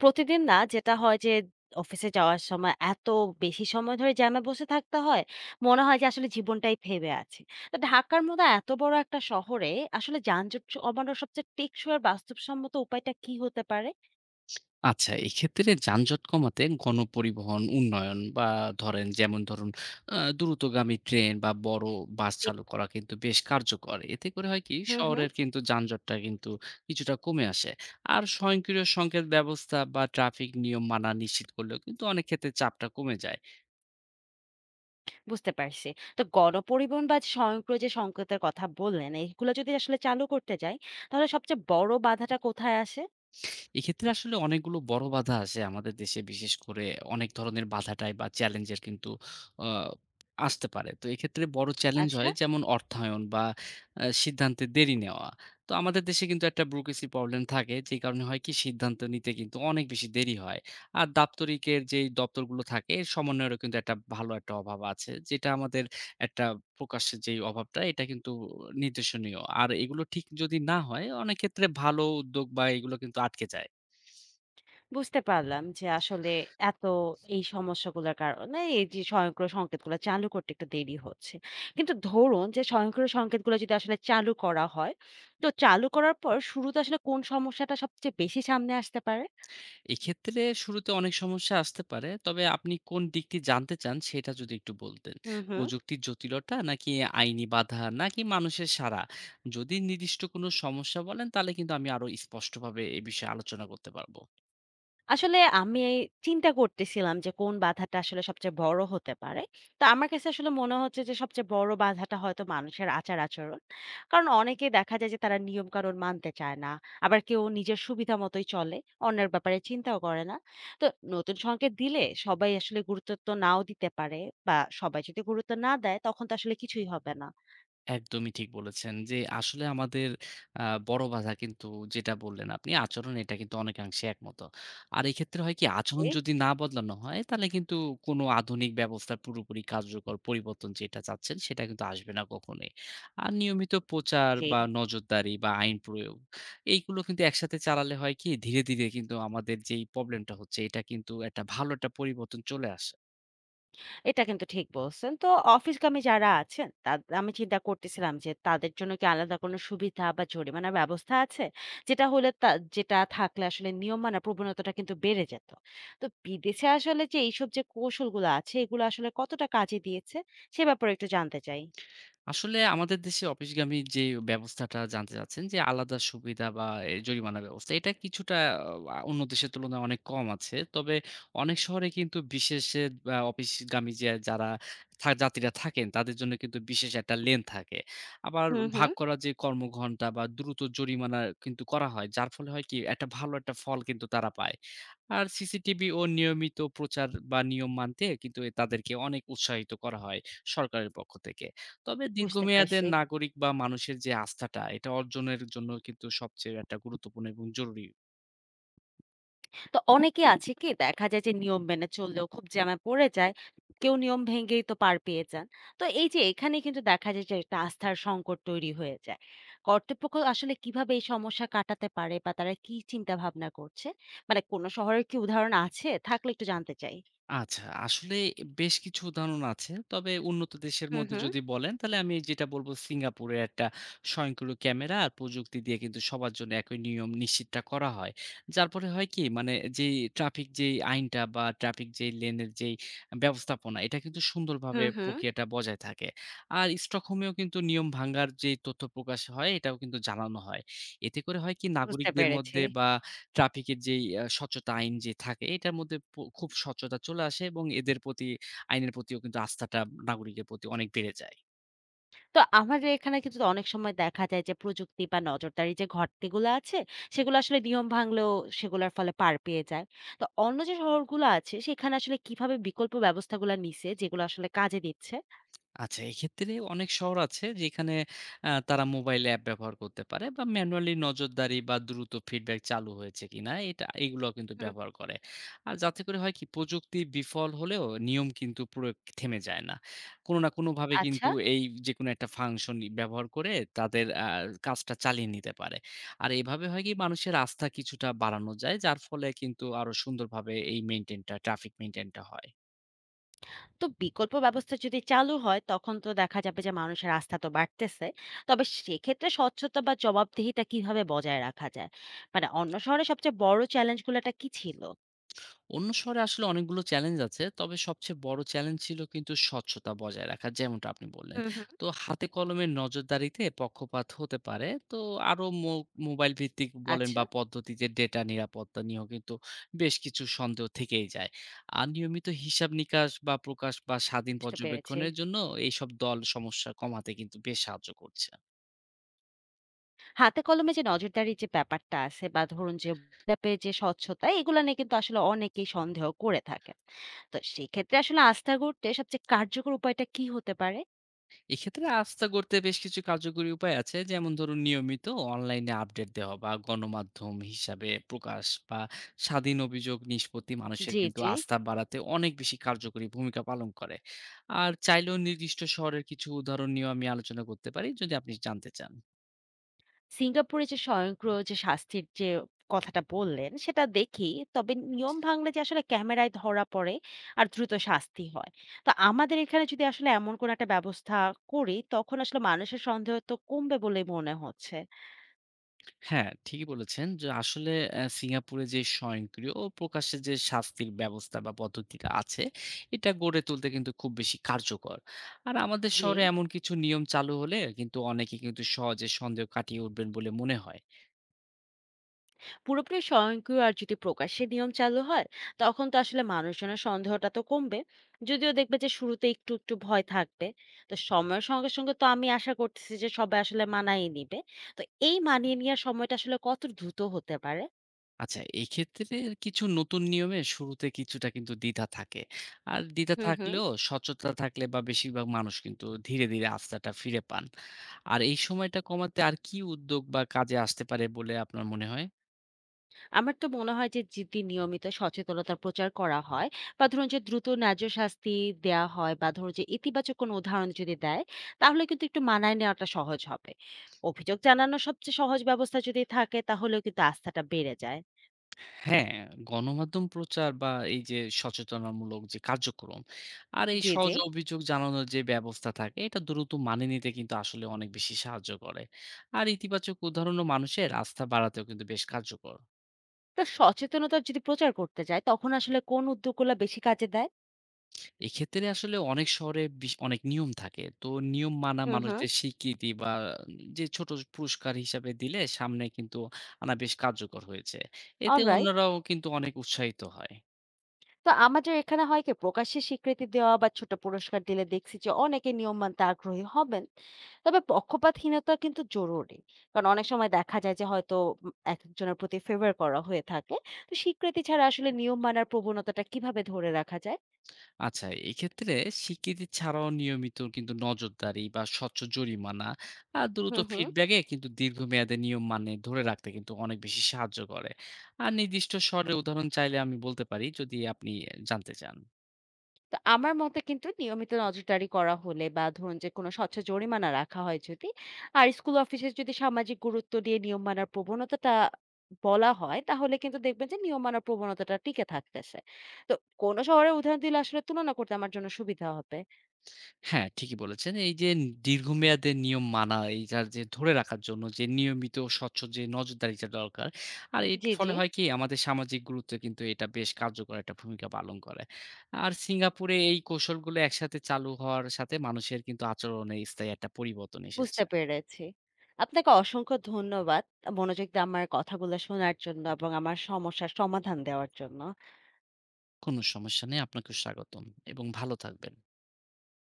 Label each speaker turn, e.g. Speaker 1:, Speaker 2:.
Speaker 1: প্রতিদিন না যেটা হয় যে অফিসে যাওয়ার সময় এত বেশি সময় ধরে জ্যামে বসে থাকতে হয়, মনে হয় যে আসলে জীবনটাই থেমে আছে। তো ঢাকার মতো এত বড় একটা শহরে আসলে যানজট কমানোর সবচেয়ে টেকসই আর বাস্তবসম্মত উপায়টা কি হতে পারে?
Speaker 2: আচ্ছা, এক্ষেত্রে যানজট কমাতে গণপরিবহন উন্নয়ন বা ধরেন যেমন ধরুন দ্রুতগামী ট্রেন বা বড় বাস
Speaker 1: জি।
Speaker 2: চালু করা কিন্তু বেশ কার্যকর। এতে করে হয় কি
Speaker 1: হুম, হুম।
Speaker 2: শহরের কিন্তু যানজটটা কিন্তু কিছুটা কমে আসে। আর স্বয়ংক্রিয় সংকেত ব্যবস্থা বা ট্রাফিক নিয়ম মানা নিশ্চিত করলেও কিন্তু অনেক ক্ষেত্রে চাপটা কমে যায়।
Speaker 1: বুঝতে পারছি। তো গণপরিবহন বা স্বয়ংক্রিয় যে সংকেতের কথা বললেন, এগুলো যদি আসলে চালু করতে যাই, তাহলে সবচেয়ে বড় বাধাটা কোথায় আসে?
Speaker 2: এক্ষেত্রে আসলে অনেকগুলো বড় বাধা আসে আমাদের দেশে, বিশেষ করে অনেক ধরনের বাধাটাই বা চ্যালেঞ্জের কিন্তু আহ, আসতে পারে। তো এক্ষেত্রে বড় চ্যালেঞ্জ
Speaker 1: আচ্ছা।
Speaker 2: হয় যেমন অর্থায়ন বা সিদ্ধান্তে দেরি নেওয়া। তো আমাদের দেশে কিন্তু একটা ব্যুরোক্রেসি প্রবলেম থাকে, যে কারণে হয় কি সিদ্ধান্ত নিতে কিন্তু অনেক বেশি দেরি হয়। আর দাপ্তরিকের যেই দপ্তরগুলো থাকে, এর সমন্বয়েরও কিন্তু একটা ভালো একটা অভাব আছে, যেটা আমাদের একটা প্রকাশ্যের যেই অভাবটা এটা কিন্তু নির্দেশনীয়। আর এগুলো ঠিক যদি না হয় অনেক ক্ষেত্রে ভালো উদ্যোগ বা এগুলো কিন্তু আটকে যায়।
Speaker 1: বুঝতে পারলাম যে আসলে এত এই সমস্যাগুলোর কারণে এই যে স্বয়ংক্রিয় সংকেতগুলো চালু করতে একটু দেরি হচ্ছে। কিন্তু ধরুন যে স্বয়ংক্রিয় সংকেতগুলো যদি আসলে চালু করা হয়, তো চালু করার পর শুরুতে আসলে কোন সমস্যাটা সবচেয়ে বেশি সামনে আসতে পারে?
Speaker 2: এক্ষেত্রে শুরুতে অনেক সমস্যা আসতে পারে। তবে আপনি কোন দিকটি জানতে চান, সেটা যদি একটু বলতেন।
Speaker 1: হু, হু।
Speaker 2: প্রযুক্তির জটিলতা, নাকি আইনি বাধা, নাকি মানুষের সাড়া? যদি নির্দিষ্ট কোনো সমস্যা বলেন তাহলে কিন্তু আমি আরো স্পষ্টভাবে এ বিষয়ে আলোচনা করতে পারব।
Speaker 1: আসলে আমি এই চিন্তা করতেছিলাম যে কোন বাধাটা আসলে সবচেয়ে বড় হতে পারে। তো আমার কাছে আসলে মনে হচ্ছে যে সবচেয়ে বড় বাধাটা হয়তো মানুষের আচার-আচরণ। কারণ অনেকেই দেখা যায় যে তারা নিয়মকানুন মানতে চায় না। আবার কেউ নিজের সুবিধা মতোই চলে, অন্যের ব্যাপারে চিন্তাও করে না। তো নতুন সংকেত দিলে সবাই আসলে গুরুত্ব তো নাও দিতে পারে বা সবাই যদি গুরুত্ব না দেয় তখন তো আসলে কিছুই হবে না।
Speaker 2: একদমই ঠিক বলেছেন যে আসলে আমাদের আ বড় বাধা কিন্তু যেটা বললেন আপনি আচরণ, এটা কিন্তু অনেকাংশে একমত। আর এক্ষেত্রে হয় কি আচরণ
Speaker 1: জি,
Speaker 2: যদি না বদলানো হয় তাহলে কিন্তু কোনো আধুনিক ব্যবস্থার পুরোপুরি কার্যকর পরিবর্তন যেটা চাচ্ছেন সেটা কিন্তু আসবে না কখনোই। আর নিয়মিত
Speaker 1: জি,
Speaker 2: প্রচার
Speaker 1: জি।
Speaker 2: বা নজরদারি বা আইন প্রয়োগ এইগুলো কিন্তু একসাথে চালালে হয় কি ধীরে, ধীরে কিন্তু আমাদের যেই প্রবলেমটা হচ্ছে এটা কিন্তু একটা ভালো একটা পরিবর্তন চলে আসে।
Speaker 1: এটা কিন্তু ঠিক বলছেন। তো অফিসগামী যারা আছেন, আমি চিন্তা করতেছিলাম যে তাদের জন্য কি আলাদা কোনো সুবিধা বা জরিমানার ব্যবস্থা আছে? যেটা হলে তা যেটা থাকলে আসলে নিয়ম মানার প্রবণতাটা কিন্তু বেড়ে যেত। তো বিদেশে আসলে যে এইসব যে কৌশলগুলো আছে, এগুলো আসলে কতটা কাজে দিয়েছে? সে ব্যাপারে একটু জানতে চাই।
Speaker 2: আসলে আমাদের দেশে অফিসগামী যে ব্যবস্থাটা জানতে চাচ্ছেন যে আলাদা সুবিধা বা এ জরিমানা ব্যবস্থা, এটা কিছুটা অন্য দেশের তুলনায় অনেক কম আছে। তবে অনেক শহরে কিন্তু বিশেষে অফিসগামী যে যারা যাত্রীরা থাকেন তাদের জন্য কিন্তু বিশেষ একটা লেন থাকে। আবার
Speaker 1: হুম, হুম।
Speaker 2: ভাগ করা যে কর্মঘণ্টা বা দ্রুত জরিমানা কিন্তু করা হয়। যার ফলে হয় কি একটা ভালো একটা ফল কিন্তু তারা পায়। আর CCTV ও নিয়মিত প্রচার বা নিয়ম মানতে কিন্তু এ তাদেরকে অনেক উৎসাহিত করা হয় সরকারের পক্ষ থেকে। তবে
Speaker 1: বুঝতে
Speaker 2: দীর্ঘমেয়াদে
Speaker 1: পারছি।
Speaker 2: নাগরিক বা মানুষের যে আস্থাটা, এটা অর্জনের জন্য কিন্তু সবচেয়ে একটা গুরুত্বপূর্ণ এবং জরুরি।
Speaker 1: তো অনেকে আছে কি দেখা যায় যে নিয়ম মেনে চললেও খুব জ্যামে পড়ে যায়, কেউ নিয়ম ভেঙেই তো পার পেয়ে যান। তো এই যে এখানে কিন্তু দেখা যায় যে একটা আস্থার সংকট তৈরি হয়ে যায়। কর্তৃপক্ষ আসলে কিভাবে এই সমস্যা কাটাতে পারে বা তারা কি চিন্তা ভাবনা করছে, মানে কোনো শহরের কি উদাহরণ আছে? থাকলে একটু জানতে চাই।
Speaker 2: আচ্ছা, আসলে বেশ কিছু উদাহরণ আছে। তবে উন্নত দেশের
Speaker 1: হুম
Speaker 2: মধ্যে
Speaker 1: হুম।
Speaker 2: যদি বলেন, তাহলে আমি যেটা বলব সিঙ্গাপুরে একটা স্বয়ংক্রিয় ক্যামেরা আর প্রযুক্তি দিয়ে কিন্তু সবার জন্য একই নিয়ম নিশ্চিতটা করা হয়। যার ফলে হয় কি? মানে যেই ট্রাফিক যেই আইনটা বা ট্রাফিক যেই লেনের যেই ব্যবস্থাপনা, এটা কিন্তু সুন্দরভাবে
Speaker 1: হুম হুম।
Speaker 2: প্রক্রিয়াটা বজায় থাকে। আর স্টকহোমেও কিন্তু নিয়ম ভাঙার যেই তথ্য প্রকাশ হয়, এটাও কিন্তু জানানো হয়। এতে করে হয় কি?
Speaker 1: বুঝতে
Speaker 2: নাগরিকদের
Speaker 1: পেরেছি।
Speaker 2: মধ্যে বা ট্রাফিকের যেই স্বচ্ছতা আইন যে থাকে এটার মধ্যে খুব স্বচ্ছতা চলে আসে এবং এদের প্রতি আইনের প্রতিও কিন্তু আস্থাটা নাগরিকের প্রতি অনেক বেড়ে যায়।
Speaker 1: তো আমাদের এখানে কিন্তু অনেক সময় দেখা যায় যে প্রযুক্তি বা নজরদারি যে ঘাটতিগুলো আছে, সেগুলো আসলে নিয়ম ভাঙলেও সেগুলোর ফলে পার পেয়ে যায়। তো অন্য যে শহরগুলো আছে সেখানে আসলে কিভাবে বিকল্প ব্যবস্থাগুলো নিছে যেগুলো আসলে কাজে দিচ্ছে?
Speaker 2: আচ্ছা, এক্ষেত্রে অনেক শহর আছে যেখানে তারা মোবাইল অ্যাপ ব্যবহার করতে পারে বা ম্যানুয়ালি নজরদারি বা দ্রুত ফিডব্যাক চালু হয়েছে কিনা, এটা এগুলাও কিন্তু
Speaker 1: হুম,
Speaker 2: ব্যবহার করে। আর যাতে করে হয় কি প্রযুক্তি বিফল হলেও নিয়ম কিন্তু প্রয়োগ থেমে যায় না। কোনো না কোনোভাবে
Speaker 1: আচ্ছা।
Speaker 2: কিন্তু এই যেকোনো একটা ফাংশন ই ব্যবহার করে তাদের কাজটা চালিয়ে নিতে পারে। আর এভাবে হয় কি মানুষের আস্থা কিছুটা বাড়ানো যায়, যার ফলে কিন্তু আরো সুন্দরভাবে এই মেইনটেইনটা ট্রাফিক মেইনটেইনটা হয়।
Speaker 1: তো বিকল্প ব্যবস্থা যদি চালু হয় তখন তো দেখা যাবে যে মানুষের আস্থা তো বাড়তেছে। তবে সেক্ষেত্রে স্বচ্ছতা বা জবাবদিহিতা কিভাবে বজায় রাখা যায়? মানে অন্য শহরে সবচেয়ে বড় চ্যালেঞ্জগুলোটা কি ছিল?
Speaker 2: অন্য শহরে আসলে অনেকগুলো চ্যালেঞ্জ আছে, তবে সবচেয়ে বড় চ্যালেঞ্জ ছিল কিন্তু স্বচ্ছতা বজায় রাখা, যেমনটা আপনি বললেন।
Speaker 1: হুম, হুম।
Speaker 2: তো হাতে কলমে নজরদারিতে পক্ষপাত হতে পারে। তো আরো মোবাইল ভিত্তিক বলেন
Speaker 1: আচ্ছা।
Speaker 2: বা পদ্ধতিতে ডেটা নিরাপত্তা নিয়েও কিন্তু বেশ কিছু সন্দেহ থেকেই যায়। আর নিয়মিত হিসাব নিকাশ বা প্রকাশ বা স্বাধীন
Speaker 1: বুঝতে পেরেছি।
Speaker 2: পর্যবেক্ষণের জন্য এইসব দল সমস্যা কমাতে কিন্তু বেশ সাহায্য করছে।
Speaker 1: হাতে কলমে যে নজরদারির যে ব্যাপারটা আছে বা ধরুন যে WhatsApp-এ যে স্বচ্ছতা, এগুলো নিয়ে কিন্তু আসলে অনেকেই সন্দেহ করে থাকে। তো সেক্ষেত্রে আসলে আস্থা গড়তে সবচেয়ে কার্যকর উপায়টা কি হতে পারে?
Speaker 2: এক্ষেত্রে আস্থা করতে বেশ কিছু কার্যকরী উপায় আছে, যেমন ধরুন নিয়মিত অনলাইনে আপডেট দেওয়া বা গণমাধ্যম হিসাবে প্রকাশ বা স্বাধীন অভিযোগ নিষ্পত্তি মানুষের
Speaker 1: জি,
Speaker 2: কিন্তু
Speaker 1: জি।
Speaker 2: আস্থা বাড়াতে অনেক বেশি কার্যকরী ভূমিকা পালন করে। আর চাইলেও নির্দিষ্ট শহরের কিছু উদাহরণ নিয়েও আমি আলোচনা করতে পারি যদি আপনি জানতে চান।
Speaker 1: সিঙ্গাপুরে যে স্বয়ংক্রিয় যে শাস্তির যে কথাটা বললেন সেটা দেখি। তবে নিয়ম ভাঙলে যে আসলে ক্যামেরায় ধরা পড়ে আর দ্রুত শাস্তি হয়। তো আমাদের এখানে যদি আসলে এমন কোনো একটা ব্যবস্থা করি তখন আসলে মানুষের সন্দেহ তো কমবে বলেই মনে হচ্ছে।
Speaker 2: হ্যাঁ, ঠিকই বলেছেন যে আসলে সিঙ্গাপুরে যে স্বয়ংক্রিয় ও প্রকাশ্যে যে শাস্তির ব্যবস্থা বা পদ্ধতিটা আছে, এটা গড়ে তুলতে কিন্তু খুব বেশি কার্যকর। আর আমাদের
Speaker 1: জি।
Speaker 2: শহরে এমন কিছু নিয়ম চালু হলে কিন্তু অনেকে কিন্তু সহজে সন্দেহ কাটিয়ে উঠবেন বলে মনে হয়।
Speaker 1: পুরোপুরি স্বয়ংক্রিয় আর যদি প্রকাশ্যে নিয়ম চালু হয় তখন তো আসলে মানুষজনের সন্দেহটা তো কমবে। যদিও দেখবে যে শুরুতে একটু একটু ভয় থাকবে। তো সময়ের সঙ্গে সঙ্গে তো আমি আশা করতেছি যে সবাই আসলে মানায় নিবে। তো এই মানিয়ে নেওয়ার সময়টা আসলে কত দ্রুত হতে পারে?
Speaker 2: আচ্ছা, এক্ষেত্রে কিছু নতুন নিয়মে শুরুতে কিছুটা কিন্তু দ্বিধা থাকে। আর দ্বিধা
Speaker 1: হুম হুম।
Speaker 2: থাকলেও সচেতনতা থাকলে বা বেশিরভাগ মানুষ কিন্তু ধীরে, ধীরে আস্থাটা ফিরে পান। আর এই সময়টা কমাতে আর কি উদ্যোগ বা কাজে আসতে পারে বলে আপনার মনে হয়?
Speaker 1: আমার তো মনে হয় যে যদি নিয়মিত সচেতনতা প্রচার করা হয় বা ধরুন যে দ্রুত ন্যায্য শাস্তি দেয়া হয় বা ধরুন যে ইতিবাচক কোনো উদাহরণ যদি দেয়, তাহলে কিন্তু একটু মানায় নেওয়াটা সহজ হবে। অভিযোগ জানানোর সবচেয়ে সহজ ব্যবস্থা যদি থাকে তাহলেও কিন্তু আস্থাটা বেড়ে যায়।
Speaker 2: হ্যাঁ, গণমাধ্যম প্রচার বা এই যে সচেতনামূলক যে কার্যক্রম আর এই
Speaker 1: জি জি।
Speaker 2: সহজ অভিযোগ জানানোর যে ব্যবস্থা থাকে এটা দ্রুত মানিয়ে নিতে কিন্তু আসলে অনেক বেশি সাহায্য করে। আর ইতিবাচক উদাহরণও মানুষের আস্থা বাড়াতেও কিন্তু বেশ কার্যকর।
Speaker 1: তো সচেতনতা যদি প্রচার করতে যায় তখন আসলে কোন উদ্যোগগুলো বেশি কাজে দেয়?
Speaker 2: এক্ষেত্রে আসলে অনেক শহরে অনেক নিয়ম থাকে। তো নিয়ম মানা
Speaker 1: হুম হুম।
Speaker 2: মানুষদের স্বীকৃতি বা যে ছোট পুরস্কার হিসাবে দিলে সামনে কিন্তু আনা বেশ কার্যকর হয়েছে। এতে
Speaker 1: অলরাইট।
Speaker 2: অন্যরাও কিন্তু অনেক উৎসাহিত হয়।
Speaker 1: তো আমাদের এখানে হয় কি প্রকাশ্যে স্বীকৃতি দেওয়া বা ছোট পুরস্কার দিলে দেখছি যে অনেকে নিয়ম মানতে আগ্রহী হবেন। তবে পক্ষপাতহীনতা কিন্তু জরুরি। কারণ অনেক সময় দেখা যায় যে হয়তো এক একজনের প্রতি ফেভার করা হয়ে থাকে। তো স্বীকৃতি ছাড়া আসলে নিয়ম মানার প্রবণতাটা কিভাবে ধরে রাখা যায়?
Speaker 2: আচ্ছা, এক্ষেত্রে স্বীকৃতি ছাড়াও নিয়মিত কিন্তু নজরদারি বা স্বচ্ছ জরিমানা আর দ্রুত
Speaker 1: হুম হুম।
Speaker 2: ফিডব্যাকে কিন্তু দীর্ঘমেয়াদে নিয়ম মানে ধরে রাখতে কিন্তু অনেক বেশি সাহায্য করে। আর নির্দিষ্ট স্বরে উদাহরণ চাইলে আমি বলতে পারি যদি আপনি জানতে চান।
Speaker 1: তো আমার মতে কিন্তু নিয়মিত নজরদারি করা হলে বা ধরুন যে কোনো স্বচ্ছ জরিমানা রাখা হয় যদি, আর স্কুল অফিসে যদি সামাজিক গুরুত্ব দিয়ে নিয়ম মানার প্রবণতাটা বলা হয় তাহলে কিন্তু দেখবেন যে নিয়ম মানার প্রবণতাটা টিকে থাকতেছে। তো কোন শহরের উদাহরণ দিলে আসলে তুলনা করতে আমার জন্য সুবিধা হবে?
Speaker 2: হ্যাঁ, ঠিকই বলেছেন। এই যে দীর্ঘমেয়াদে নিয়ম মানা এইটার যে ধরে রাখার জন্য যে নিয়মিত স্বচ্ছ যে নজরদারিটা দরকার। আর এর
Speaker 1: জি জি।
Speaker 2: ফলে হয় কি আমাদের সামাজিক গুরুত্বে কিন্তু এটা বেশ কার্যকর একটা ভূমিকা পালন করে। আর সিঙ্গাপুরে এই কৌশলগুলো একসাথে চালু হওয়ার সাথে মানুষের কিন্তু আচরণে স্থায়ী একটা পরিবর্তন
Speaker 1: বুঝতে
Speaker 2: এসেছে।
Speaker 1: পেরেছি। আপনাকে অসংখ্য ধন্যবাদ মনোযোগ দিয়ে আমার কথাগুলো শোনার জন্য এবং আমার সমস্যার সমাধান দেওয়ার জন্য।
Speaker 2: কোনো সমস্যা নেই। আপনাকেও স্বাগতম এবং ভালো থাকবেন।